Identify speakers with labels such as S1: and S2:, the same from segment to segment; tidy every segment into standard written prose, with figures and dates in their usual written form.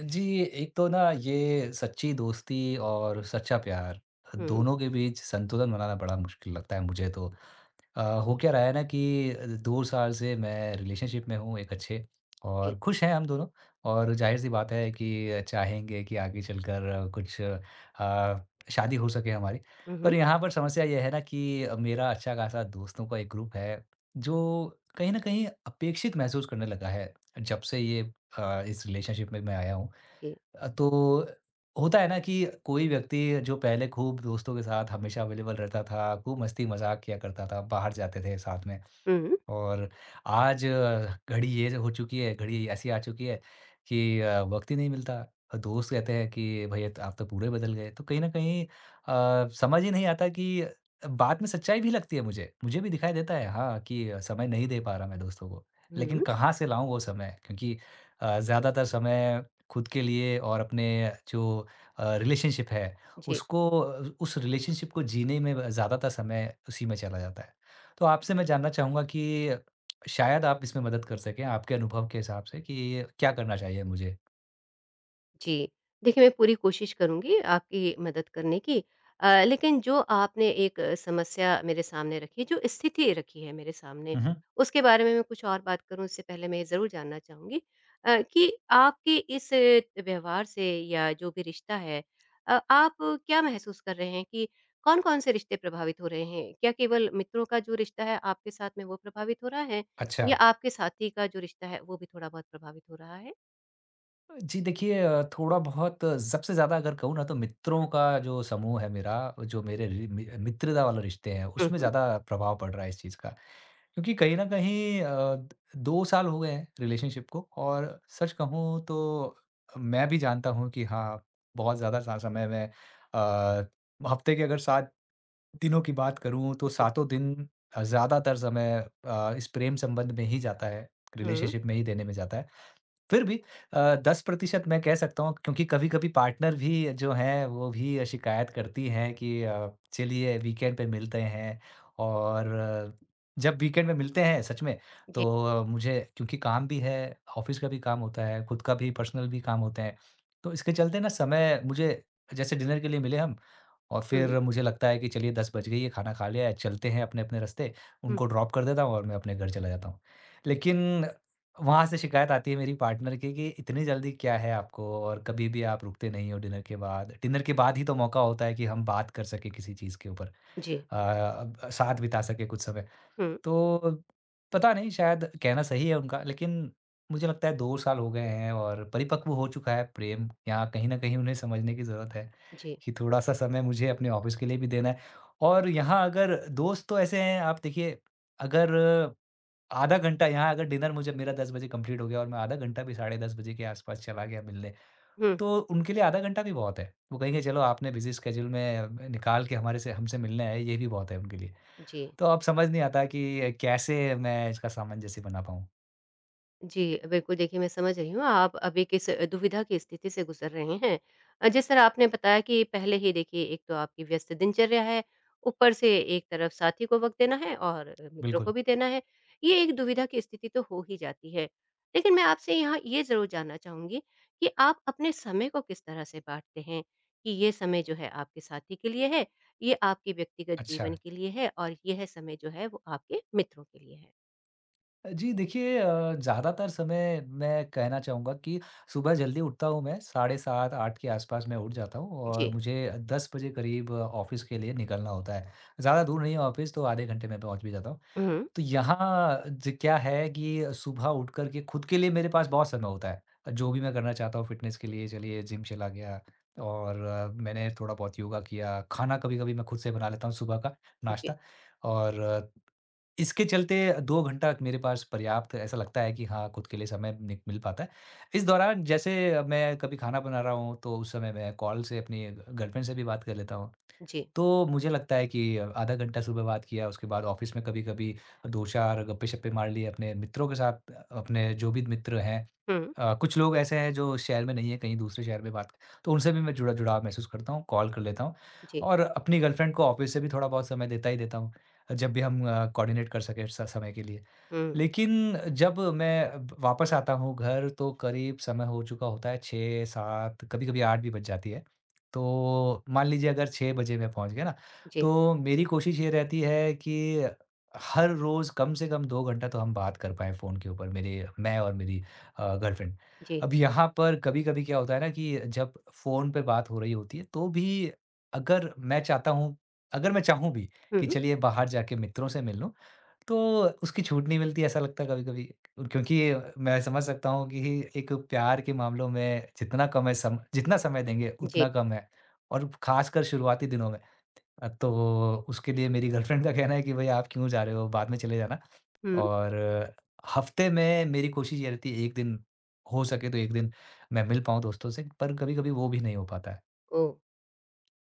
S1: जी, एक तो ना ये सच्ची दोस्ती और सच्चा प्यार,
S2: हुँ,
S1: दोनों के बीच संतुलन बनाना बड़ा मुश्किल लगता है मुझे तो। हो क्या रहा है ना कि 2 साल से मैं रिलेशनशिप में हूँ एक अच्छे
S2: जी।
S1: और खुश हैं हम दोनों। और ज़ाहिर-सी बात है कि चाहेंगे कि आगे चलकर कुछ शादी हो सके हमारी।
S2: हुँ,
S1: पर
S2: हुँ,
S1: यहाँ पर समस्या ये है ना कि मेरा अच्छा खासा दोस्तों का एक ग्रुप है, जो कहीं न कहीं अपेक्षित महसूस करने लगा है, जब से ये इस रिलेशनशिप में मैं आया हूँ।
S2: जी।
S1: तो होता है ना कि कोई व्यक्ति जो पहले खूब दोस्तों के साथ हमेशा अवेलेबल रहता था, खूब मस्ती मज़ाक किया करता था, बाहर जाते थे साथ में।
S2: हुँ,
S1: और आज घड़ी ये हो चुकी है, घड़ी ऐसी आ चुकी है कि वक़्त ही नहीं मिलता। दोस्त कहते हैं कि भई त आप तो पूरे बदल गए। तो कहीं न कहीं समझ ही नहीं आता कि बात में सच्चाई भी लगती है मुझे। मुझे भी दिखाई देता है हाँ, कि समय नहीं दे पा रहा मैं दोस्तों को। लेकिन
S2: हुँ,
S1: कहाँ से लाऊँ वो समय? क्योंकि ज़्यादातर समय खुद के लिए और अपने जो रिलेशनशिप है
S2: जी।
S1: उसको उस रिलेशनशिप को जीने में ब ज़्यादातर समय उसी में चला जाता है। तो आपसे मैं जानना चाहूँगा कि शायद आप इसमें मदद कर सकें आपके अनुभव के हिसाब से कि क्या करना चाहिए मुझे?
S2: जी। देखिए, मैं पूरी कोशिश करूँगी आपकी मदद करने की लेकिन जो आपने एक समस्या मेरे सामने रखी है, जो स्थिति रखी है मेरे सामने,
S1: हुँ, हुँ।
S2: उसके बारे में मैं कुछ और बात करूँ उससे पहले मैं ये ज़रूर जानना चाहूँगी कि आपके इस व्यवहार से या जो भी रिश्ता है आप क्या महसूस कर रहे हैं कि कौन-कौन से रिश्ते प्रभावित हो रहे हैं? क्या केवल मित्रों का जो रिश्ता है आपके साथ में वो प्रभावित हो रहा है
S1: अच्छा।
S2: या आपके साथी का जो रिश्ता है वो भी थोड़ा-बहुत प्रभावित हो रहा है?
S1: जी देखिए, थोड़ा बहुत सबसे ज़्यादा अगर कहूँ ना तो मित्रों का जो समूह है मेरा, जो मेरे रि मि मित्रता वाले रिश्ते हैं
S2: हुँ,
S1: उसमें
S2: हुँ।
S1: ज़्यादा प्रभाव पड़ रहा है इस चीज़ का। क्योंकि कहीं न कहीं अ, द 2 साल हो गए हैं रिलेशनशिप को और सच कहूँ तो मैं भी जानता हूँ कि हाँ, बहुत ज़्यादा सा समय मैं अ, हफ़्ते के अगर 7 दिनों की बात करूँ तो
S2: जी।
S1: सातों दिन ज़्यादातर समय इस प्रेम संबंध में ही जाता है,
S2: हुँ।
S1: रिलेशनशिप में ही देने में जाता है। फिर भी 10% मैं कह सकता हूँ क्योंकि कभी-कभी पार्टनर भी जो हैं, वो भी शिकायत करती हैं कि चलिए वीकेंड पे मिलते हैं और जब वीकेंड में मिलते हैं सच में,
S2: जी।
S1: तो मुझे क्योंकि काम भी है, ऑफ़िस का भी काम होता है, खुद का भी पर्सनल भी काम होते हैं। तो इसके चलते ना समय मुझे जैसे डिनर के लिए मिले हम और
S2: हुँ,
S1: फिर मुझे लगता है कि चलिए 10 बज गई है, खाना खा लिया है, चलते हैं अपने-अपने रास्ते।
S2: हुँ।
S1: उनको ड्रॉप कर देता हूँ और मैं अपने घर चला जाता हूँ। लेकिन वहाँ से शिकायत आती है मेरी पार्टनर की कि इतनी जल्दी क्या है आपको और कभी भी आप रुकते नहीं हो डिनर के बाद। डिनर के बाद ही तो मौका होता है कि हम बात कर सकें किसी चीज़ के ऊपर,
S2: जी।
S1: अब साथ बिता सकें कुछ समय।
S2: हुँ,
S1: तो पता नहीं शायद कहना सही है उनका लेकिन मुझे लगता है 2 साल हो गए हैं और परिपक्व हो चुका है प्रेम। यहाँ कहीं न कहीं उन्हें समझने की ज़रूरत है
S2: जी।
S1: कि थोड़ा-सा समय मुझे अपने ऑफ़िस के लिए भी देना है। और यहाँ अगर दोस्त तो ऐसे हैं आप देखिए, अगर आधा घंटा यहाँ अगर डिनर मुझे मेरा 10 बजे कंप्लीट हो गया और मैं आधा घंटा भी साढ़े 10 बजे के आसपास चला गया मिलने,
S2: हुँ,
S1: तो उनके लिए आधा घंटा भी बहुत है। वो कहेंगे चलो आपने बिज़ी स्केड्यूल में निकाल के हमारे से हमसे मिलने आए, ये भी बहुत है उनके लिए।
S2: जी।
S1: तो अब समझ नहीं आता कि कैसे मैं इसका सामंजस्य बना पाऊँ?
S2: जी, बिल्कुल देखिए मैं समझ रही हूँ आप अभी किस दुविधा की स्थिति से गुज़र रहे हैं। जिस तरह आपने बताया कि पहले ही देखिए एक तो आपकी व्यस्त दिनचर्या है, ऊपर से एक तरफ साथी को वक़्त देना है और मित्रों को
S1: बिल्कुल।
S2: भी देना है। ये एक दुविधा की स्थिति तो हो ही जाती है। लेकिन मैं आपसे यहाँ ये ज़रूर जानना चाहूँगी कि आप अपने समय को किस तरह से बाँटते हैं? कि ये समय जो है आपके साथी के लिए है, ये आपके व्यक्तिगत जीवन
S1: अच्छा।
S2: के लिए है और यह समय जो है वो आपके मित्रों के लिए है?
S1: जी देखिए, ज़्यादातर समय मैं कहना चाहूँगा कि सुबह जल्दी उठता हूँ मैं, साढ़े 7-8 के आसपास मैं उठ जाता हूँ और
S2: जी।
S1: मुझे 10 बजे करीब ऑफ़िस के लिए निकलना होता है। ज़्यादा दूर नहीं है ऑफ़िस तो आधे घंटे में पहुँच भी जाता हूँ।
S2: हुँ, हुँ।
S1: तो यहाँ ज क्या है कि सुबह उठ कर के खुद के लिए मेरे पास बहुत समय होता है। जो भी मैं करना चाहता हूँ फ़िटनेस के लिए चलिए जिम चला गया और मैंने थोड़ा बहुत योगा किया, खाना कभी-कभी मैं खुद से बना लेता हूँ सुबह का
S2: जी,
S1: नाश्ता और इसके चलते 2 घंटा मेरे पास पर्याप्त ऐसा लगता है कि हाँ, खुद के लिए समय नि मिल पाता है। इस दौरान जैसे मैं कभी खाना बना रहा हूँ तो उस समय मैं कॉल से अपनी गर्लफ्रेंड से भी बात कर लेता हूँ।
S2: जी।
S1: तो मुझे लगता है कि आधा घंटा सुबह बात किया, उसके बाद ऑफ़िस में कभी-कभी 2-4 गप्पे-शप्पे मार लिए अपने मित्रों के साथ, अपने जो भी मित्र हैं।
S2: हुँ,
S1: कुछ लोग ऐसे हैं जो शहर में नहीं है, कहीं दूसरे शहर में बात, तो उनसे भी मैं जुड़ाव महसूस करता हूँ, कॉल कर लेता हूँ।
S2: जी।
S1: और अपनी गर्लफ्रेंड को ऑफ़िस से भी थोड़ा बहुत समय देता ही देता हूँ, जब भी हम कोऑर्डिनेट कर सकें स समय के लिए।
S2: हुँ,
S1: लेकिन जब मैं ब वापस आता हूँ घर तो करीब समय हो चुका होता है 6-7, कभी-कभी 8 भी बज जाती है। तो मान लीजिए अगर 6 बजे मैं पहुँच गया ना,
S2: जी,
S1: तो मेरी कोशिश ये रहती है कि हर रोज़ कम से कम 2 घंटा तो हम बात कर पाएँ फ़ोन के ऊपर मेरे मैं और मेरी गर्लफ्रेंड।
S2: जी।
S1: अब यहाँ पर कभी-कभी क्या होता है ना कि जब फ़ोन पे बात हो रही होती है तो भी अगर मैं चाहता हूँ अगर मैं चाहूँ भी कि
S2: हुँ,
S1: चलिए बाहर जाके मित्रों से मिल लूँ, तो उसकी छूट नहीं मिलती ऐसा लगता है कभी-कभी, क्योंकि मैं समझ सकता हूँ कि एक प्यार के मामलों में जितना समय देंगे
S2: जी,
S1: उतना कम है, और ख़ासकर शुरुआती दिनों में। तो उसके लिए मेरी गर्लफ्रेंड का कहना है कि भई आप क्यों जा रहे हो बाद में चले जाना।
S2: हुँ।
S1: और हफ़्ते में मेरी कोशिश ये रहती है 1 दिन, हो सके तो 1 दिन मैं मिल पाऊँ दोस्तों से पर कभी-कभी वो भी नहीं हो पाता है।
S2: ओह!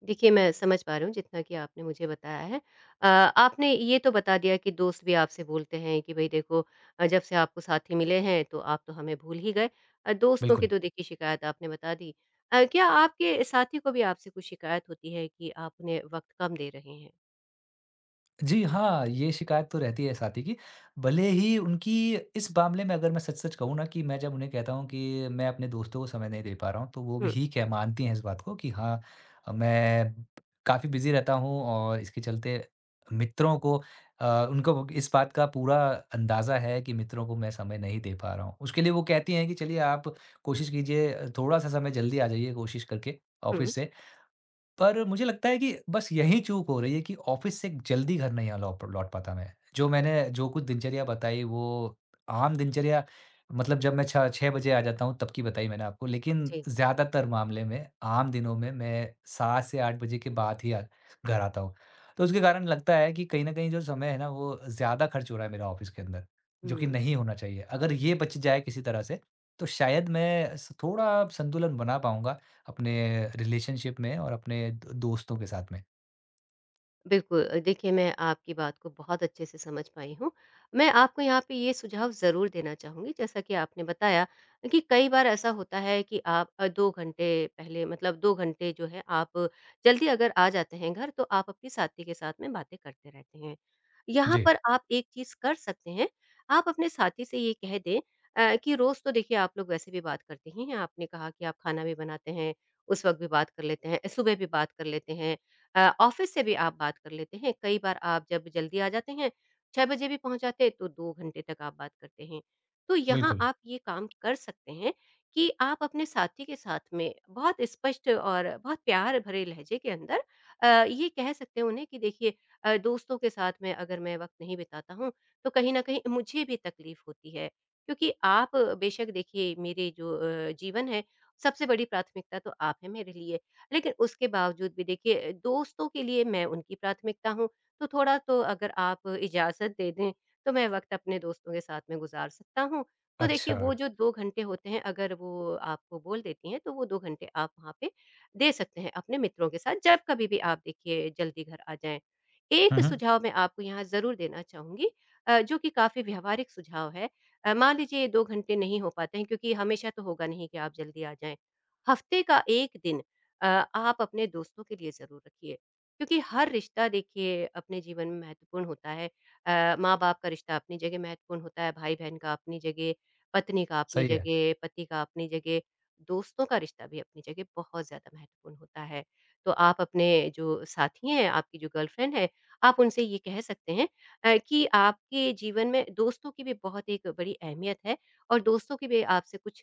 S2: देखिए, मैं समझ पा रही हूँ जितना कि आपने मुझे बताया है। आपने ये तो बता दिया कि दोस्त भी आपसे बोलते हैं कि भई देखो जब से आपको साथी मिले हैं तो आप तो हमें भूल ही गए। दोस्तों की
S1: बिल्कुल।
S2: तो देखिए शिकायत आपने बता दी। क्या आपके साथी को भी आपसे कुछ शिकायत होती है कि आप उन्हें वक़्त कम दे रहे हैं?
S1: जी हाँ, ये शिकायत तो रहती है साथी की। भले ही उनकी इस मामले में अगर मैं सच-सच कहूँ ना कि मैं जब उन्हें कहता हूँ कि मैं अपने दोस्तों को समय नहीं दे पा रहा हूँ, तो वो
S2: हुँ,
S1: भी कह मानती हैं इस बात को कि हाँ, मैं काफ़ी बिज़ी रहता हूँ और इसके चलते मित्रों को उनको इस बात का पूरा अंदाज़ा है कि मित्रों को मैं समय नहीं दे पा रहा हूँ। उसके लिए वो कहती हैं कि चलिए आप कोशिश कीजिए, थोड़ा-सा समय जल्दी आ जाइए कोशिश करके
S2: हुँ,
S1: ऑफ़िस से। पर मुझे लगता है कि बस यही चूक हो रही है कि ऑफिस से जल्दी घर नहीं आ लौट लौट पाता मैं। जो कुछ दिनचर्या बताई वो आम दिनचर्या, मतलब जब मैं छ 6 बजे आ जाता हूँ तब की बताई मैंने आपको। लेकिन
S2: जी,
S1: ज़्यादातर मामले में आम दिनों में मैं 7 से 8 बजे के बाद ही घर आता हूँ। तो उसके कारण लगता है कि कहीं न कहीं जो समय है ना वो ज़्यादा खर्च हो रहा है मेरा ऑफिस के अंदर, जो कि
S2: हुँ।
S1: नहीं होना चाहिए। अगर ये बच जाए किसी तरह से तो शायद मैं स थोड़ा संतुलन बना पाऊँगा अपने रिलेशनशिप में और अपने दो दोस्तों के साथ में।
S2: बिल्कुल देखिए मैं आपकी बात को बहुत अच्छे से समझ पाई हूँ। मैं आपको यहाँ पे ये सुझाव ज़रूर देना चाहूँगी जैसा कि आपने बताया कि कई बार ऐसा होता है कि आप 2 घंटे पहले, मतलब 2 घंटे जो है, आप जल्दी अगर आ जाते हैं घर तो आप अपनी साथी के साथ में बातें करते रहते हैं। यहाँ
S1: जी।
S2: पर आप एक चीज़ कर सकते हैं, आप अपने साथी से ये कह दें कि रोज़ तो देखिए आप लोग वैसे भी बात करते ही हैं, आपने कहा कि आप खाना भी बनाते हैं, उस वक़्त भी बात कर लेते हैं, सुबह भी बात कर लेते हैं, ऑफिस से भी आप बात कर लेते हैं, कई बार आप जब जल्दी आ जाते हैं 6 बजे भी पहुंच जाते हैं तो 2 घंटे तक आप बात करते हैं। तो यहाँ
S1: बिल्कुल।
S2: आप ये काम कर सकते हैं कि आप अपने साथी के साथ में बहुत स्पष्ट और बहुत प्यार भरे लहजे के अंदर ये कह सकते हैं उन्हें कि देखिए, दोस्तों के साथ में अगर मैं वक़्त नहीं बिताता हूँ तो कहीं न कहीं मुझे भी तकलीफ़ होती है। क्योंकि आप बेशक देखिए मेरे जो जीवन है, सबसे बड़ी प्राथमिकता तो आप हैं मेरे लिए। लेकिन उसके बावजूद भी देखिए दोस्तों के लिए मैं उनकी प्राथमिकता हूँ, तो थोड़ा तो अगर आप इजाज़त दे दें, तो मैं वक़्त अपने दोस्तों के साथ में गुज़ार सकता हूँ। तो देखिए
S1: अच्छा।
S2: वो जो 2 घंटे होते हैं अगर वो आपको बोल देती हैं, तो वो 2 घंटे आप वहाँ पे दे सकते हैं अपने मित्रों के साथ, जब कभी भी आप देखिए जल्दी घर आ जाएँ।
S1: हुँ,
S2: एक
S1: हुँ।
S2: सुझाव मैं आपको यहाँ ज़रूर देना चाहूँगी, जो कि काफ़ी व्यावहारिक सुझाव है। मान लीजिए 2 घंटे नहीं हो पाते हैं, क्योंकि हमेशा तो होगा नहीं कि आप जल्दी आ जाएँ। हफ़्ते का 1 दिन अ, आप अपने दोस्तों के लिए ज़रूर रखिए। क्योंकि हर रिश्ता देखिए अपने जीवन में महत्वपूर्ण होता है। माँ-बाप का रिश्ता अपनी जगह महत्वपूर्ण होता है, भाई-बहन का अपनी जगह, पत्नी का अपनी
S1: सही है।
S2: जगह, पति का अपनी जगह, दोस्तों का रिश्ता भी अपनी जगह बहुत ज़्यादा महत्वपूर्ण होता है। तो आप अपने जो साथी हैं, आपकी जो गर्लफ्रेंड है, आप उनसे ये कह सकते हैं कि आपके जीवन में दोस्तों की भी बहुत एक बड़ी अहमियत है और दोस्तों की भी आपसे कुछ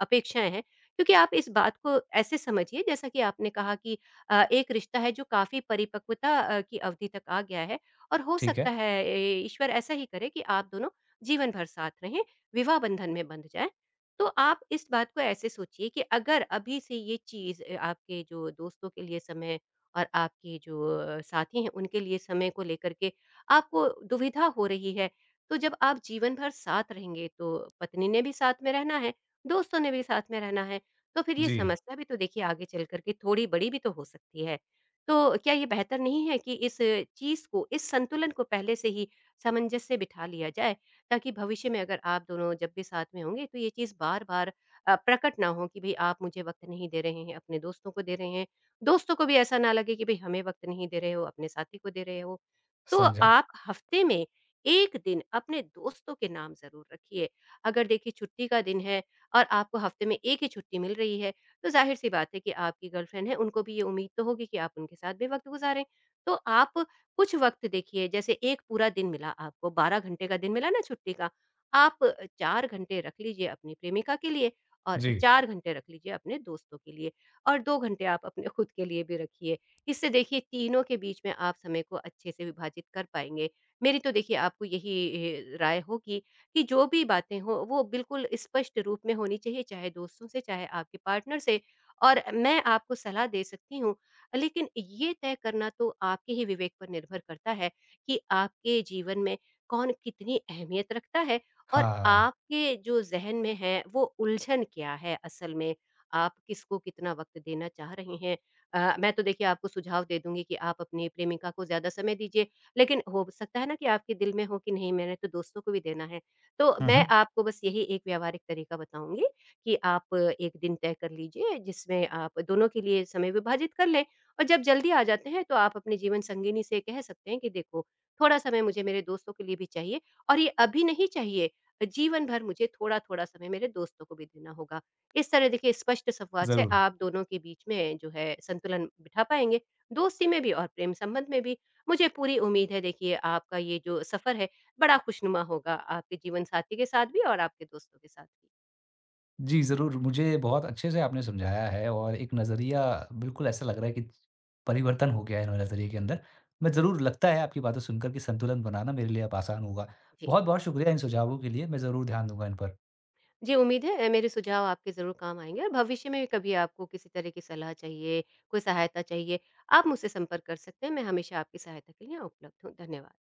S2: अपेक्षाएँ हैं। क्योंकि आप इस बात को ऐसे समझिए जैसा कि आपने कहा कि एक रिश्ता है जो काफ़ी परिपक्वता की अवधि तक आ गया है, और हो
S1: ठीक
S2: सकता
S1: है।
S2: है ईश्वर ऐसा ही करे कि आप दोनों जीवन भर साथ रहें, विवाह बंधन में बंध जाएँ। तो आप इस बात को ऐसे सोचिए कि अगर अभी से ये चीज़, आपके जो दोस्तों के लिए समय और आपके जो साथी हैं उनके लिए समय को लेकर के आपको दुविधा हो रही है, तो जब आप जीवन भर साथ रहेंगे तो पत्नी ने भी साथ में रहना है, दोस्तों ने भी साथ में रहना है। तो फिर ये
S1: जी,
S2: समस्या भी तो देखिए आगे चल कर के थोड़ी बड़ी भी तो हो सकती है। तो क्या ये बेहतर नहीं है कि इस चीज़ को, इस संतुलन को पहले से ही सामंजस्य बिठा लिया जाए, ताकि भविष्य में अगर आप दोनों जब भी साथ में होंगे तो ये चीज़ बार-बार प्रकट ना हो कि भई आप मुझे वक़्त नहीं दे रहे हैं, अपने दोस्तों को दे रहे हैं। दोस्तों को भी ऐसा ना लगे कि भई हमें वक़्त नहीं दे रहे हो, अपने साथी को दे रहे हो। तो
S1: समझा।
S2: आप हफ़्ते में 1 दिन अपने दोस्तों के नाम ज़रूर रखिए। अगर देखिए छुट्टी का दिन है और आपको हफ्ते में 1 ही छुट्टी मिल रही है, तो ज़ाहिर-सी बात है कि आपकी गर्लफ्रेंड है, उनको भी ये उम्मीद तो होगी कि आप उनके साथ भी वक़्त गुज़ारें। तो आप कुछ वक़्त देखिए, जैसे 1 पूरा दिन मिला आपको, 12 घंटे का दिन मिला ना छुट्टी का, आप 4 घंटे रख लीजिए अपनी प्रेमिका के लिए और
S1: जी।
S2: 4 घंटे रख लीजिए अपने दोस्तों के लिए और 2 घंटे आप अपने खुद के लिए भी रखिए। इससे देखिए तीनों के बीच में आप समय को अच्छे से विभाजित कर पाएँगे। मेरी तो देखिए आपको यही राय होगी कि जो भी बातें हों, वो बिल्कुल स्पष्ट रूप में होनी चाहिए, चाहे दोस्तों से, चाहे आपके पार्टनर से, और मैं आपको सलाह दे सकती हूँ। लेकिन ये तय करना तो आपके ही विवेक पर निर्भर करता है कि आपके जीवन में कौन कितनी अहमियत रखता है, और
S1: हाँ।
S2: आपके जो ज़हन में है, वो उलझन क्या है असल में? आप किसको कितना वक़्त देना चाह रहे हैं? मैं तो देखिए आपको सुझाव दे दूँगी कि आप अपनी प्रेमिका को ज़्यादा समय दीजिए, लेकिन हो सकता है ना कि आपके दिल में हो कि नहीं, मैंने तो दोस्तों को भी देना है। तो
S1: हुँ,
S2: मैं
S1: हुँ।
S2: आपको बस यही एक व्यावहारिक तरीका बताऊँगी कि आप एक दिन तय कर लीजिए जिसमें आप दोनों के लिए समय विभाजित कर लें, और जब जल्दी आ जाते हैं तो आप अपने जीवन संगिनी से कह सकते हैं कि देखो, थोड़ा समय मुझे मेरे दोस्तों के लिए भी चाहिए, और ये अभी नहीं चाहिए, जीवन भर मुझे थोड़ा-थोड़ा समय मेरे दोस्तों को भी देना होगा। इस तरह देखिए स्पष्ट संवाद से
S1: ज़रूर।
S2: आप दोनों के बीच में जो है संतुलन बिठा पाएँगे, दोस्ती में भी और प्रेम संबंध में भी। मुझे पूरी उम्मीद है देखिए आपका ये जो सफ़र है बड़ा खुशनुमा होगा आपके जीवनसाथी के साथ भी और आपके दोस्तों के साथ भी।
S1: जी, ज़रूर। मुझे बहुत अच्छे से आपने समझाया है और एक नज़रिया बिल्कुल ऐसा लग रहा है कि परिवर्तन हो गया है मेरे नज़रिए के अंदर। मैं ज़रूर लगता है आपकी बातें सुनकर कि संतुलन बनाना मेरे लिए अब आसान होगा।
S2: जी।
S1: बहुत-बहुत शुक्रिया इन सुझावों के लिए। मैं ज़रूर ध्यान दूँगा इन पर।
S2: जी, उम्मीद है मेरे सुझाव आपके ज़रूर काम आएँगे, और भविष्य में कभी आपको किसी तरह की सलाह चाहिए, कोई सहायता चाहिए, आप मुझसे संपर्क कर सकते हैं। मैं हमेशा आपकी सहायता के लिए उपलब्ध हूँ। धन्यवाद।